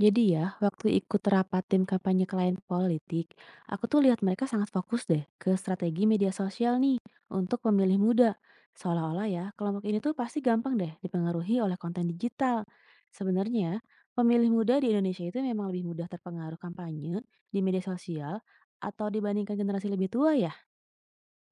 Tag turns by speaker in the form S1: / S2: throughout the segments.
S1: Jadi ya, waktu ikut rapat tim kampanye klien politik, aku tuh lihat mereka sangat fokus deh ke strategi media sosial nih untuk pemilih muda. Seolah-olah ya, kelompok ini tuh pasti gampang deh dipengaruhi oleh konten digital. Sebenarnya, pemilih muda di Indonesia itu memang lebih mudah terpengaruh kampanye di media sosial atau dibandingkan generasi lebih tua ya?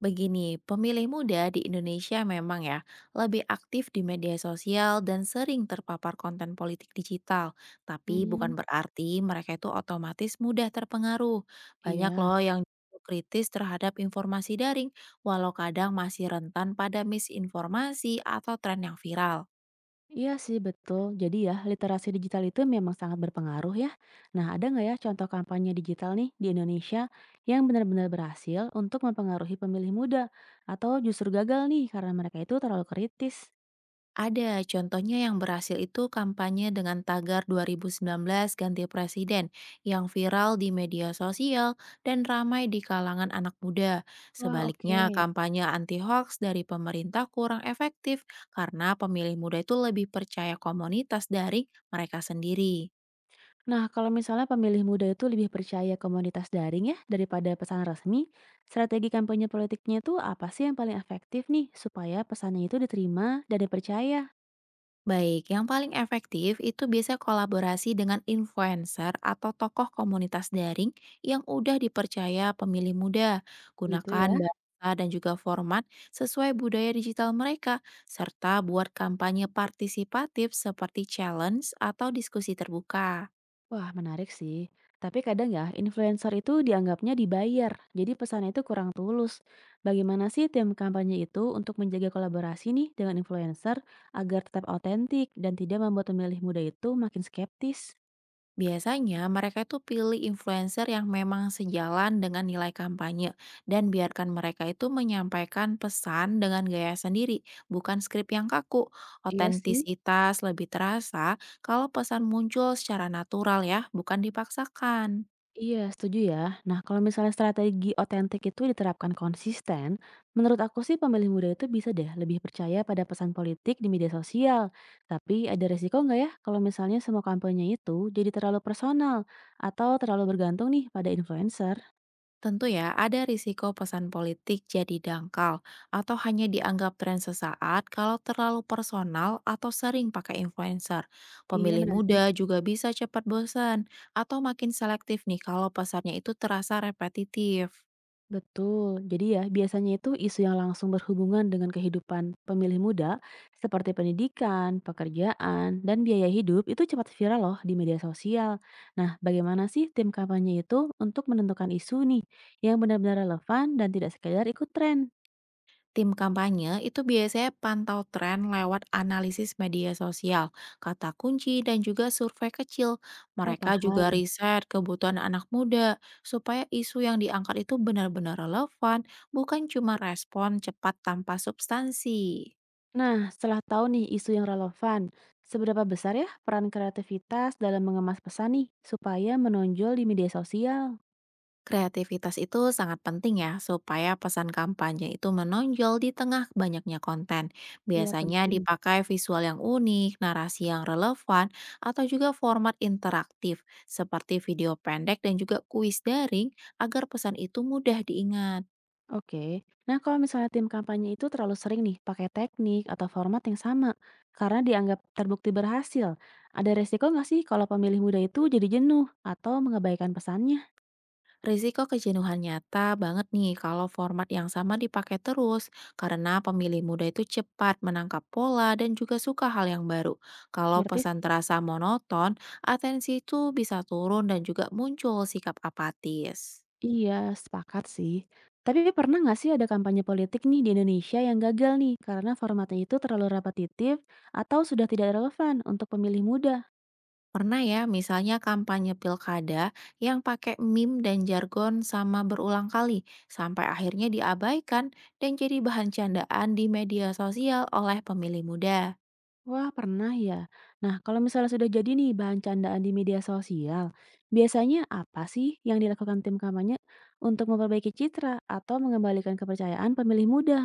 S2: Begini, pemilih muda di Indonesia memang ya lebih aktif di media sosial dan sering terpapar konten politik digital. Tapi
S1: Hmm,
S2: bukan berarti mereka itu otomatis mudah terpengaruh. Banyak
S1: iya.
S2: loh yang kritis terhadap informasi daring, walau kadang masih rentan pada misinformasi atau tren yang viral.
S1: Iya sih betul. Jadi ya, literasi digital itu memang sangat berpengaruh ya. Nah, ada nggak ya contoh kampanye digital nih di Indonesia yang benar-benar berhasil untuk mempengaruhi pemilih muda atau justru gagal nih karena mereka itu terlalu kritis?
S2: Ada, contohnya yang berhasil itu kampanye dengan tagar 2019 ganti presiden yang viral di media sosial dan ramai di kalangan anak muda.
S1: Wah, oke.
S2: Sebaliknya, kampanye anti hoax dari pemerintah kurang efektif karena pemilih muda itu lebih percaya komunitas dari mereka sendiri.
S1: Nah, kalau misalnya pemilih muda itu lebih percaya komunitas daring ya daripada pesan resmi, strategi kampanye politiknya itu apa sih yang paling efektif nih supaya pesannya itu diterima dan dipercaya?
S2: Baik, yang paling efektif itu biasa kolaborasi dengan influencer atau tokoh komunitas daring yang udah dipercaya pemilih muda.
S1: Gitu
S2: Gunakan
S1: ya.
S2: bahasa dan juga format sesuai budaya digital mereka, serta buat kampanye partisipatif seperti challenge atau diskusi terbuka.
S1: Wah, menarik sih. Tapi kadang ya, influencer itu dianggapnya dibayar, jadi pesannya itu kurang tulus. Bagaimana sih tim kampanye itu untuk menjaga kolaborasi nih dengan influencer agar tetap autentik dan tidak membuat pemilih muda itu makin skeptis?
S2: Biasanya mereka itu pilih influencer yang memang sejalan dengan nilai kampanye dan biarkan mereka itu menyampaikan pesan dengan gaya sendiri, bukan skrip yang kaku.
S1: Iya sih,
S2: Otentisitas lebih terasa kalau pesan muncul secara natural ya, bukan dipaksakan.
S1: Iya, setuju ya. Nah, kalau misalnya strategi otentik itu diterapkan konsisten, menurut aku sih pemilih muda itu bisa deh lebih percaya pada pesan politik di media sosial. Tapi ada resiko nggak ya kalau misalnya semua kampanye itu jadi terlalu personal atau terlalu bergantung nih pada influencer?
S2: Tentu ya, ada risiko pesan politik jadi dangkal atau hanya dianggap tren sesaat kalau terlalu personal atau sering pakai influencer.
S1: Iya
S2: Pemilih
S1: menarik.
S2: muda juga bisa cepat bosan atau makin selektif nih kalau pesannya itu terasa repetitif.
S1: Betul. Jadi ya, biasanya itu isu yang langsung berhubungan dengan kehidupan pemilih muda seperti pendidikan, pekerjaan, dan biaya hidup itu cepat viral loh di media sosial. Nah, bagaimana sih tim kampanye itu untuk menentukan isu nih yang benar-benar relevan dan tidak sekedar ikut tren?
S2: Tim kampanye itu biasanya pantau tren lewat analisis media sosial, kata kunci, dan juga survei kecil.
S1: Oh,
S2: Mereka juga
S1: paham.
S2: riset kebutuhan anak muda supaya isu yang diangkat itu benar-benar relevan, bukan cuma respon cepat tanpa substansi.
S1: Nah, setelah tahu nih isu yang relevan, seberapa besar ya peran kreativitas dalam mengemas pesan nih supaya menonjol di media sosial?
S2: Kreativitas itu sangat penting ya, supaya pesan kampanye itu menonjol di tengah banyaknya konten.
S1: Iya,
S2: Biasanya
S1: penting.
S2: dipakai visual yang unik, narasi yang relevan, atau juga format interaktif seperti video pendek dan juga kuis daring agar pesan itu mudah diingat.
S1: Oke. Nah, kalau misalnya tim kampanye itu terlalu sering nih pakai teknik atau format yang sama karena dianggap terbukti berhasil, ada resiko nggak sih kalau pemilih muda itu jadi jenuh atau mengabaikan pesannya?
S2: Risiko kejenuhan nyata banget nih kalau format yang sama dipakai terus, karena pemilih muda itu cepat menangkap pola dan juga suka hal yang baru. Kalau
S1: Ngerti
S2: pesan
S1: sih?
S2: terasa monoton, atensi itu bisa turun dan juga muncul sikap apatis.
S1: Iya, sepakat sih. Tapi pernah nggak sih ada kampanye politik nih di Indonesia yang gagal nih karena formatnya itu terlalu repetitif atau sudah tidak relevan untuk pemilih muda?
S2: Pernah ya, misalnya kampanye pilkada yang pakai meme dan jargon sama berulang kali, sampai akhirnya diabaikan dan jadi bahan candaan di media sosial oleh pemilih muda.
S1: Wah, pernah ya. Nah, kalau misalnya sudah jadi nih bahan candaan di media sosial, biasanya apa sih yang dilakukan tim kampanye untuk memperbaiki citra atau mengembalikan kepercayaan pemilih muda?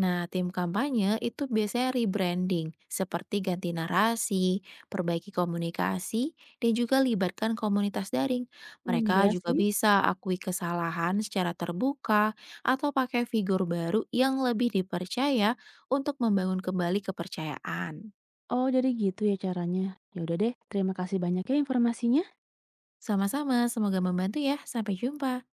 S2: Nah, tim kampanye itu biasanya rebranding, seperti ganti narasi, perbaiki komunikasi, dan juga libatkan komunitas daring.
S1: Hmm,
S2: Mereka
S1: jelas
S2: juga
S1: sih.
S2: bisa akui kesalahan secara terbuka atau pakai figur baru yang lebih dipercaya untuk membangun kembali kepercayaan.
S1: Oh, jadi gitu ya caranya. Ya udah deh, terima kasih banyak ya informasinya.
S2: Sama-sama, semoga membantu ya. Sampai jumpa.